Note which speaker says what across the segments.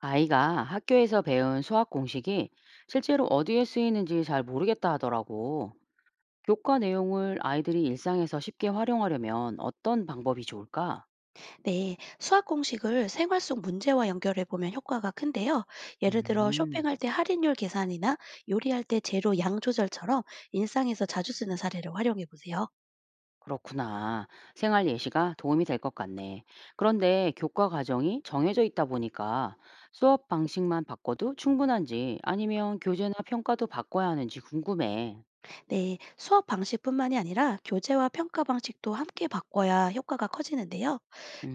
Speaker 1: 아이가 학교에서 배운 수학 공식이 실제로 어디에 쓰이는지 잘 모르겠다 하더라고. 교과 내용을 아이들이 일상에서 쉽게 활용하려면 어떤 방법이 좋을까?
Speaker 2: 네, 수학 공식을 생활 속 문제와 연결해 보면 효과가 큰데요. 예를 들어
Speaker 1: 음,
Speaker 2: 쇼핑할 때 할인율 계산이나 요리할 때 재료 양 조절처럼 일상에서 자주 쓰는 사례를 활용해 보세요.
Speaker 1: 그렇구나. 생활 예시가 도움이 될 것 같네. 그런데 교과 과정이 정해져 있다 보니까 수업 방식만 바꿔도 충분한지 아니면 교재나 평가도 바꿔야 하는지 궁금해.
Speaker 2: 네, 수업 방식뿐만이 아니라 교재와 평가 방식도 함께 바꿔야 효과가 커지는데요.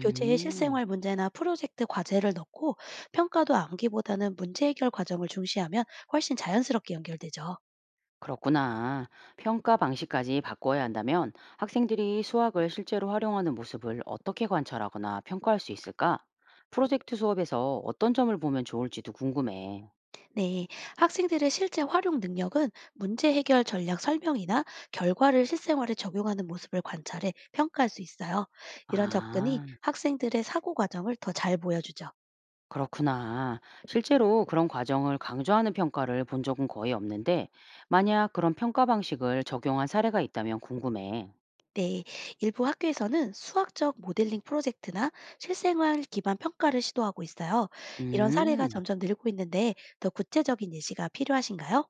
Speaker 2: 교재에 실생활 문제나 프로젝트 과제를 넣고 평가도 암기보다는 문제 해결 과정을 중시하면 훨씬 자연스럽게 연결되죠.
Speaker 1: 그렇구나. 평가 방식까지 바꿔야 한다면 학생들이 수학을 실제로 활용하는 모습을 어떻게 관찰하거나 평가할 수 있을까? 프로젝트 수업에서 어떤 점을 보면 좋을지도 궁금해.
Speaker 2: 네, 학생들의 실제 활용 능력은 문제 해결 전략 설명이나 결과를 실생활에 적용하는 모습을 관찰해 평가할 수 있어요. 이런 접근이
Speaker 1: 아,
Speaker 2: 학생들의 사고 과정을 더 잘 보여주죠.
Speaker 1: 그렇구나. 실제로 그런 과정을 강조하는 평가를 본 적은 거의 없는데, 만약 그런 평가 방식을 적용한 사례가 있다면 궁금해.
Speaker 2: 네, 일부 학교에서는 수학적 모델링 프로젝트나 실생활 기반 평가를 시도하고 있어요. 이런 사례가
Speaker 1: 음.
Speaker 2: 점점 늘고 있는데 더 구체적인 예시가 필요하신가요?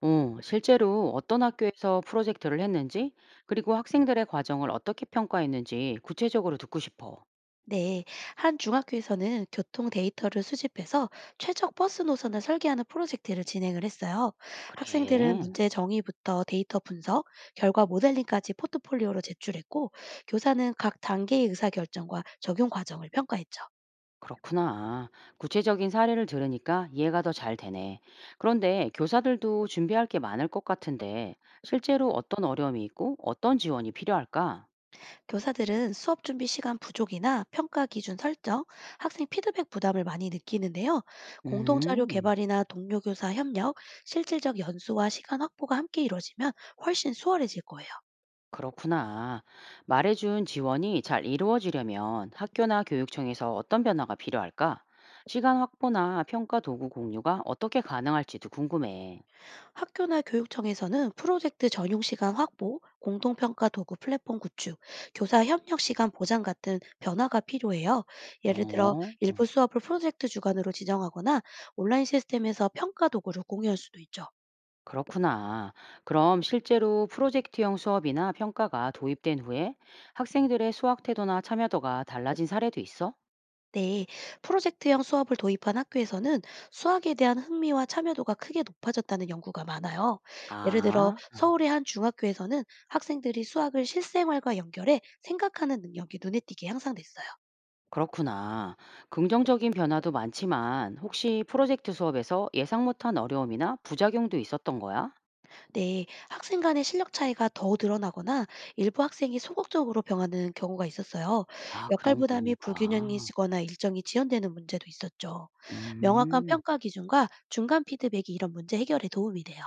Speaker 1: 어, 실제로 어떤 학교에서 프로젝트를 했는지, 그리고 학생들의 과정을 어떻게 평가했는지 구체적으로 듣고 싶어.
Speaker 2: 네, 한 중학교에서는 교통 데이터를 수집해서 최적 버스 노선을 설계하는 프로젝트를 진행을 했어요. 학생들은
Speaker 1: 그래,
Speaker 2: 문제 정의부터 데이터 분석, 결과 모델링까지 포트폴리오로 제출했고, 교사는 각 단계의 의사결정과 적용 과정을 평가했죠.
Speaker 1: 그렇구나. 구체적인 사례를 들으니까 이해가 더 잘 되네. 그런데 교사들도 준비할 게 많을 것 같은데, 실제로 어떤 어려움이 있고 어떤 지원이 필요할까?
Speaker 2: 교사들은 수업 준비 시간 부족이나 평가 기준 설정, 학생 피드백 부담을 많이 느끼는데요. 공동 자료
Speaker 1: 음.
Speaker 2: 개발이나 동료 교사 협력, 실질적 연수와 시간 확보가 함께 이루어지면 훨씬 수월해질 거예요.
Speaker 1: 그렇구나. 말해준 지원이 잘 이루어지려면 학교나 교육청에서 어떤 변화가 필요할까? 시간 확보나 평가 도구 공유가 어떻게 가능할지도 궁금해.
Speaker 2: 학교나 교육청에서는 프로젝트 전용 시간 확보, 공동평가 도구 플랫폼 구축, 교사 협력 시간 보장 같은 변화가 필요해요. 예를 들어
Speaker 1: 어,
Speaker 2: 일부
Speaker 1: 어,
Speaker 2: 수업을 프로젝트 주간으로 지정하거나 온라인 시스템에서 평가 도구를 공유할 수도 있죠.
Speaker 1: 그렇구나. 그럼 실제로 프로젝트형 수업이나 평가가 도입된 후에 학생들의 수학 태도나 참여도가 달라진 사례도 있어?
Speaker 2: 네, 프로젝트형 수업을 도입한 학교에서는 수학에 대한 흥미와 참여도가 크게 높아졌다는 연구가 많아요. 예를 들어
Speaker 1: 아, 어,
Speaker 2: 서울의 한 중학교에서는 학생들이 수학을 실생활과 연결해 생각하는 능력이 눈에 띄게 향상됐어요.
Speaker 1: 그렇구나. 긍정적인 변화도 많지만 혹시 프로젝트 수업에서 예상 못한 어려움이나 부작용도 있었던 거야?
Speaker 2: 네, 학생 간의 실력 차이가 더 늘어나거나 일부 학생이 소극적으로 병하는 경우가 있었어요.
Speaker 1: 아
Speaker 2: 역할
Speaker 1: 그런
Speaker 2: 부담이
Speaker 1: 경우가.
Speaker 2: 불균형이지거나 일정이 지연되는 문제도 있었죠. 명확한
Speaker 1: 음.
Speaker 2: 평가 기준과 중간 피드백이 이런 문제 해결에 도움이 돼요.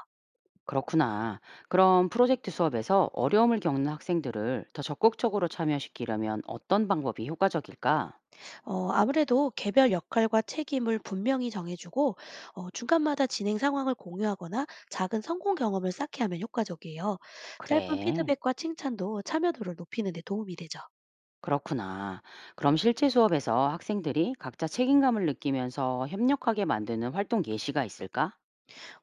Speaker 1: 그렇구나. 그럼 프로젝트 수업에서 어려움을 겪는 학생들을 더 적극적으로 참여시키려면 어떤 방법이 효과적일까?
Speaker 2: 아무래도 개별 역할과 책임을 분명히 정해주고 중간마다 진행 상황을 공유하거나 작은 성공 경험을 쌓게 하면 효과적이에요. 짧은
Speaker 1: 그래.
Speaker 2: 피드백과 칭찬도 참여도를 높이는 데 도움이 되죠.
Speaker 1: 그렇구나. 그럼 실제 수업에서 학생들이 각자 책임감을 느끼면서 협력하게 만드는 활동 예시가 있을까?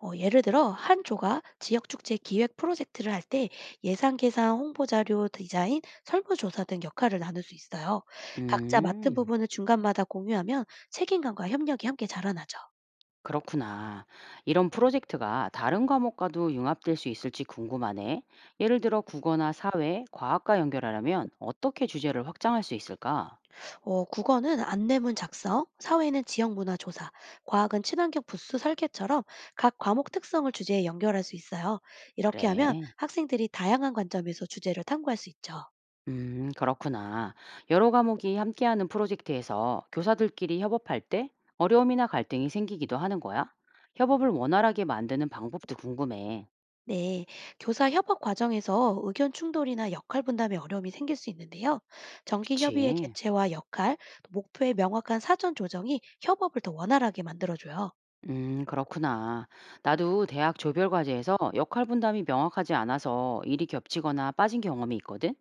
Speaker 2: 예를 들어 한 조가 지역 축제 기획 프로젝트를 할 때 예산 계산, 홍보 자료 디자인, 설문 조사 등 역할을 나눌 수 있어요. 각자 맡은
Speaker 1: 음.
Speaker 2: 부분을 중간마다 공유하면 책임감과 협력이 함께 자라나죠.
Speaker 1: 그렇구나. 이런 프로젝트가 다른 과목과도 융합될 수 있을지 궁금하네. 예를 들어 국어나 사회, 과학과 연결하려면 어떻게 주제를 확장할 수 있을까?
Speaker 2: 국어는 안내문 작성, 사회는 지역 문화 조사, 과학은 친환경 부스 설계처럼 각 과목 특성을 주제에 연결할 수 있어요. 이렇게 하면
Speaker 1: 그래.
Speaker 2: 학생들이 다양한 관점에서 주제를 탐구할 수 있죠.
Speaker 1: 그렇구나. 여러 과목이 함께하는 프로젝트에서 교사들끼리 협업할 때 어려움이나 갈등이 생기기도 하는 거야? 협업을 원활하게 만드는 방법도 궁금해.
Speaker 2: 네, 교사 협업 과정에서 의견 충돌이나 역할 분담에 어려움이 생길 수 있는데요. 정기 협의의
Speaker 1: 그치?
Speaker 2: 개최와 역할, 또 목표의 명확한 사전 조정이 협업을 더 원활하게 만들어줘요.
Speaker 1: 그렇구나. 나도 대학 조별 과제에서 역할 분담이 명확하지 않아서 일이 겹치거나 빠진 경험이 있거든.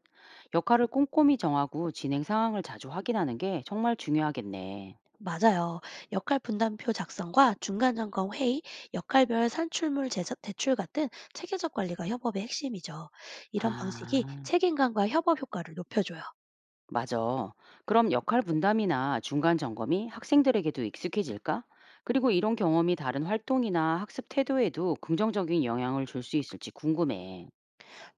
Speaker 1: 역할을 꼼꼼히 정하고 진행 상황을 자주 확인하는 게 정말 중요하겠네.
Speaker 2: 맞아요. 역할 분담표 작성과 중간 점검 회의, 역할별 산출물 제작, 대출 같은 체계적 관리가 협업의 핵심이죠. 이런 방식이
Speaker 1: 아,
Speaker 2: 책임감과 협업 효과를 높여줘요.
Speaker 1: 맞아. 그럼 역할 분담이나 중간 점검이 학생들에게도 익숙해질까? 그리고 이런 경험이 다른 활동이나 학습 태도에도 긍정적인 영향을 줄 수 있을지 궁금해.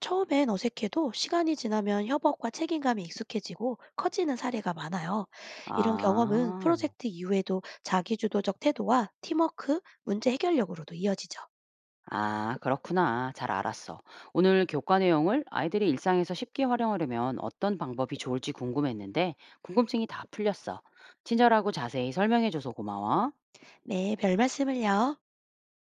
Speaker 2: 처음엔 어색해도 시간이 지나면 협업과 책임감이 익숙해지고 커지는 사례가 많아요. 이런 경험은
Speaker 1: 아.
Speaker 2: 프로젝트 이후에도 자기주도적 태도와 팀워크, 문제 해결력으로도 이어지죠.
Speaker 1: 아, 그렇구나. 잘 알았어. 오늘 교과 내용을 아이들이 일상에서 쉽게 활용하려면 어떤 방법이 좋을지 궁금했는데, 궁금증이 다 풀렸어. 친절하고 자세히 설명해줘서 고마워.
Speaker 2: 네, 별 말씀을요.